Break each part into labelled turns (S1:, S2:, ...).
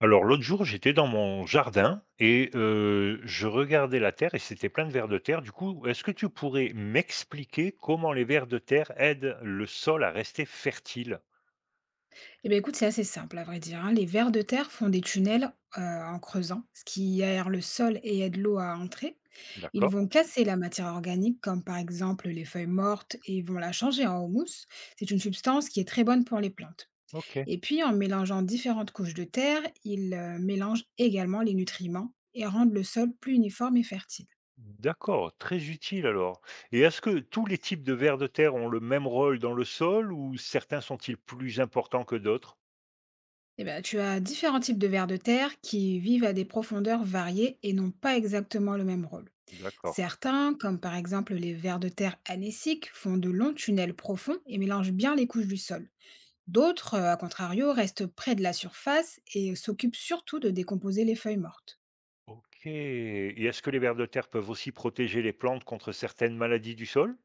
S1: Alors l'autre jour, j'étais dans mon jardin et je regardais la terre et c'était plein de vers de terre. Du coup, est-ce que tu pourrais m'expliquer comment les vers de terre aident le sol à rester fertile?
S2: Eh bien écoute, c'est assez simple à vrai dire, hein. Les vers de terre font des tunnels, en creusant, ce qui aère le sol et aide l'eau à entrer. Ils
S1: D'accord.
S2: vont casser la matière organique, comme par exemple les feuilles mortes et vont la changer en humus. C'est une substance qui est très bonne pour les plantes.
S1: OK.
S2: Et puis en mélangeant différentes couches de terre, ils, mélangent également les nutriments et rendent le sol plus uniforme et fertile.
S1: D'accord, très utile alors. Et est-ce que tous les types de vers de terre ont le même rôle dans le sol ou certains sont-ils plus importants que d'autres?
S2: Eh bah, tu as différents types de vers de terre qui vivent à des profondeurs variées et n'ont pas exactement le même rôle.
S1: D'accord.
S2: Certains, comme par exemple les vers de terre anessiques, font de longs tunnels profonds et mélangent bien les couches du sol. D'autres, à contrario, restent près de la surface et s'occupent surtout de décomposer les feuilles mortes.
S1: OK. Et est-ce que les vers de terre peuvent aussi protéger les plantes contre certaines maladies du sol?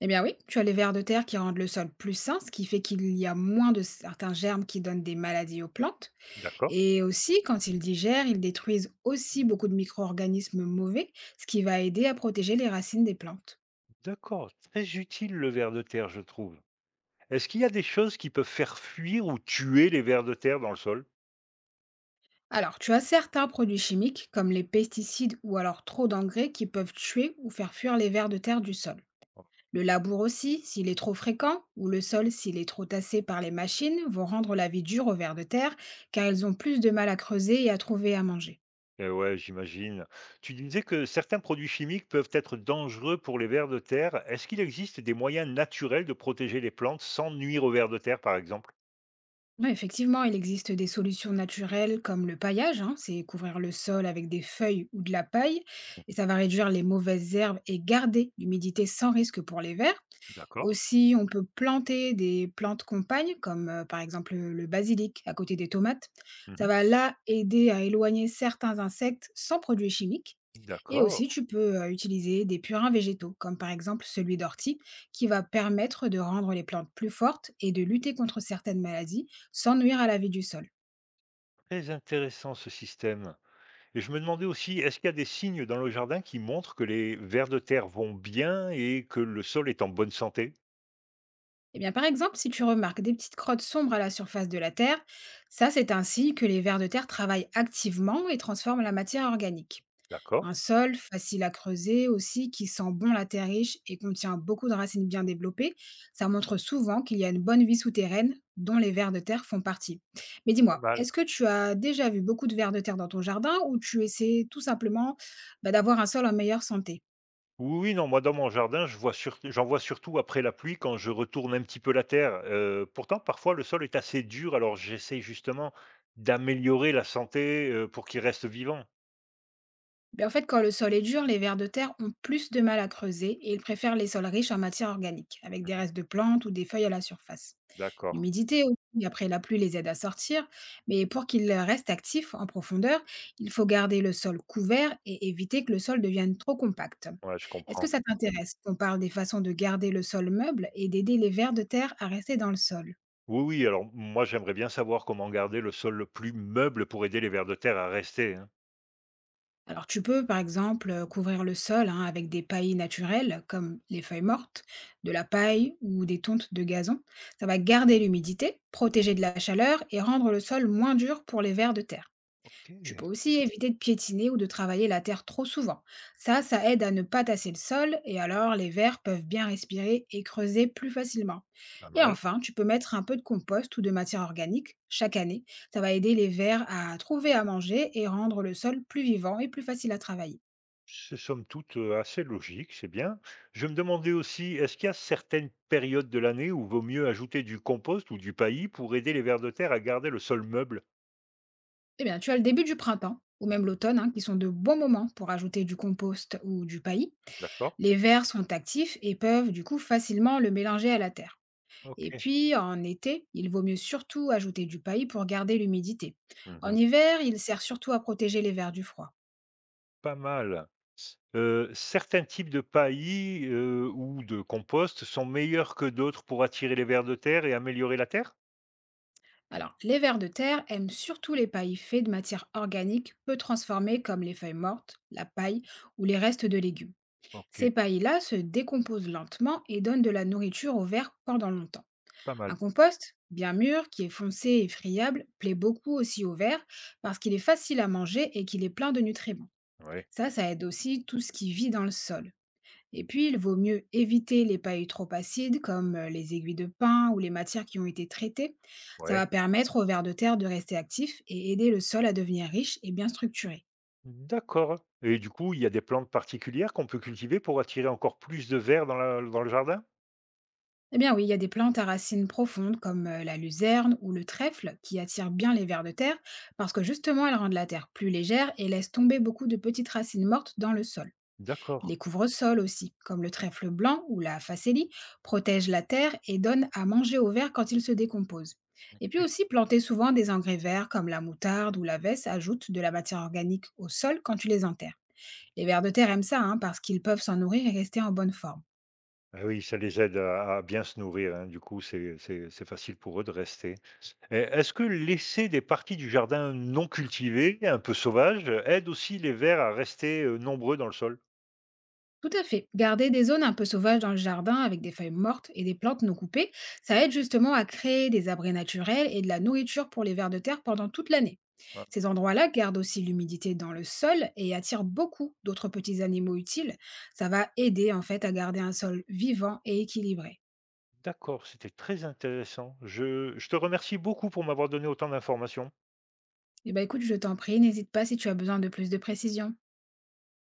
S2: Eh bien oui, tu as les vers de terre qui rendent le sol plus sain, ce qui fait qu'il y a moins de certains germes qui donnent des maladies aux plantes.
S1: D'accord.
S2: Et aussi, quand ils digèrent, ils détruisent aussi beaucoup de micro-organismes mauvais, ce qui va aider à protéger les racines des plantes.
S1: D'accord, très utile le ver de terre, je trouve. Est-ce qu'il y a des choses qui peuvent faire fuir ou tuer les vers de terre dans le sol?
S2: Alors, tu as certains produits chimiques, comme les pesticides ou alors trop d'engrais, qui peuvent tuer ou faire fuir les vers de terre du sol. Le labour aussi, s'il est trop fréquent, ou le sol, s'il est trop tassé par les machines, vont rendre la vie dure aux vers de terre, car ils ont plus de mal à creuser et à trouver à manger.
S1: Eh ouais, j'imagine. Tu disais que certains produits chimiques peuvent être dangereux pour les vers de terre. Est-ce qu'il existe des moyens naturels de protéger les plantes sans nuire aux vers de terre, par exemple?
S2: Ouais, effectivement, il existe des solutions naturelles comme le paillage, hein, c'est couvrir le sol avec des feuilles ou de la paille, et ça va réduire les mauvaises herbes et garder l'humidité sans risque pour les vers.
S1: D'accord.
S2: Aussi, on peut planter des plantes compagnes, comme par exemple le basilic à côté des tomates. Ça
S1: Mhm.
S2: va là aider à éloigner certains insectes sans produits chimiques. Et
S1: D'accord.
S2: aussi, tu peux utiliser des purins végétaux, comme par exemple celui d'ortie, qui va permettre de rendre les plantes plus fortes et de lutter contre certaines maladies sans nuire à la vie du sol.
S1: Très intéressant ce système. Et je me demandais aussi, est-ce qu'il y a des signes dans le jardin qui montrent que les vers de terre vont bien et que le sol est en bonne santé?
S2: Eh bien, par exemple, si tu remarques des petites crottes sombres à la surface de la terre, ça c'est un signe que les vers de terre travaillent activement et transforment la matière organique.
S1: D'accord.
S2: Un sol facile à creuser aussi, qui sent bon la terre riche et contient beaucoup de racines bien développées, ça montre souvent qu'il y a une bonne vie souterraine dont les vers de terre font partie. Mais
S1: Pas
S2: dis-moi,
S1: mal.
S2: est-ce que tu as déjà vu beaucoup de vers de terre dans ton jardin ou tu essaies tout simplement bah, d'avoir un sol en meilleure santé.
S1: Oui, oui, non, moi, dans mon jardin, j'en vois surtout après la pluie quand je retourne un petit peu la terre. Pourtant, parfois, le sol est assez dur, alors j'essaie justement d'améliorer la santé pour qu'il reste vivant.
S2: Ben, en fait, quand le sol est dur, les vers de terre ont plus de mal à creuser et ils préfèrent les sols riches en matière organique, avec des
S1: Mhm.
S2: restes de plantes ou des feuilles à la surface.
S1: D'accord,
S2: L'humidité aussi, après la pluie les aide à sortir, mais pour qu'ils restent actifs en profondeur, il faut garder le sol couvert et éviter que le sol devienne trop compact.
S1: ouais, je
S2: Est-ce que
S1: comprends.
S2: ça t'intéresse qu'on parle des façons de garder le sol meuble et d'aider les vers de terre à rester dans le sol?
S1: Oui, oui, alors moi, j'aimerais bien savoir comment garder le sol le plus meuble pour aider les vers de terre à rester. Hein.
S2: Alors tu peux par exemple couvrir le sol hein, avec des paillis naturelles comme les feuilles mortes, de la paille ou des tontes de gazon. Ça va garder l'humidité, protéger de la chaleur et rendre le sol moins dur pour les vers de terre.
S1: Ok,
S2: Tu peux aussi éviter de piétiner ou de travailler la terre trop souvent. Ça aide à ne pas tasser le sol et alors les vers peuvent bien respirer et creuser plus facilement.
S1: pas
S2: Et
S1: mal.
S2: enfin, tu peux mettre un peu de compost ou de matière organique chaque année. Ça va aider les vers à trouver à manger et rendre le sol plus vivant et plus facile à travailler.
S1: C'est somme toute, assez logique, c'est bien. Je me demandais aussi, est-ce qu'il y a certaines périodes de l'année où vaut mieux ajouter du compost ou du paillis pour aider les vers de terre à garder le sol meuble?
S2: Eh bien, tu as le début du printemps ou même l'automne, hein, qui sont de bons moments pour ajouter du compost ou du paillis.
S1: D'accord,
S2: Les vers sont actifs et peuvent du coup facilement le mélanger à la terre. Et
S1: OK.
S2: puis, en été, il vaut mieux surtout ajouter du paillis pour garder l'humidité. En
S1: Mmh.
S2: hiver, il sert surtout à protéger les vers du froid.
S1: Pas mal. Certains types de paillis, ou de compost sont meilleurs que d'autres pour attirer les vers de terre et améliorer la terre?
S2: Alors, les vers de terre aiment surtout les paillis faits de matières organiques peu transformées comme les feuilles mortes, la paille ou les restes de légumes.
S1: OK,
S2: Ces paillis-là se décomposent lentement et donnent de la nourriture aux vers pendant longtemps.
S1: pas mal.
S2: Un compost, bien mûr, qui est foncé et friable, plaît beaucoup aussi aux vers parce qu'il est facile à manger et qu'il est plein de nutriments.
S1: Ouais,
S2: Ça aide aussi tout ce qui vit dans le sol. Et puis, il vaut mieux éviter les pailles trop acides, comme les aiguilles de pin ou les matières qui ont été traitées. Ça
S1: ouais.
S2: va permettre aux vers de terre de rester actifs et aider le sol à devenir riche et bien structuré.
S1: D'accord, et du coup, il y a des plantes particulières qu'on peut cultiver pour attirer encore plus de vers dans la dans le jardin?
S2: Eh bien oui, il y a des plantes à racines profondes comme la luzerne ou le trèfle qui attirent bien les vers de terre parce que justement elles rendent la terre plus légère et laissent tomber beaucoup de petites racines mortes dans le sol.
S1: D'accord.
S2: Les couvre-sols aussi, comme le trèfle blanc ou la facélie, protègent la terre et donnent à manger aux vers quand ils se décomposent. Et puis aussi, planter souvent des engrais verts comme la moutarde ou la veste ajoute de la matière organique au sol quand tu les enterres. Les vers de terre aiment ça hein, parce qu'ils peuvent s'en nourrir et rester en bonne forme.
S1: Ah oui, ça les aide à bien se nourrir, hein. Du coup, c'est facile pour eux de rester. Et est-ce que laisser des parties du jardin non cultivées, un peu sauvages, aide aussi les vers à rester, nombreux dans le sol?
S2: Tout à fait. Garder des zones un peu sauvages dans le jardin avec des feuilles mortes et des plantes non coupées, ça aide justement à créer des abris naturels et de la nourriture pour les vers de terre pendant toute l'année.
S1: Ah,
S2: Ces endroits-là gardent aussi l'humidité dans le sol et attirent beaucoup d'autres petits animaux utiles. Ça va aider en fait à garder un sol vivant et équilibré.
S1: d'accord, c'était très intéressant. Je te remercie beaucoup pour m'avoir donné autant d'informations.
S2: Et ben écoute, je t'en prie, n'hésite pas si tu as besoin de plus de précision.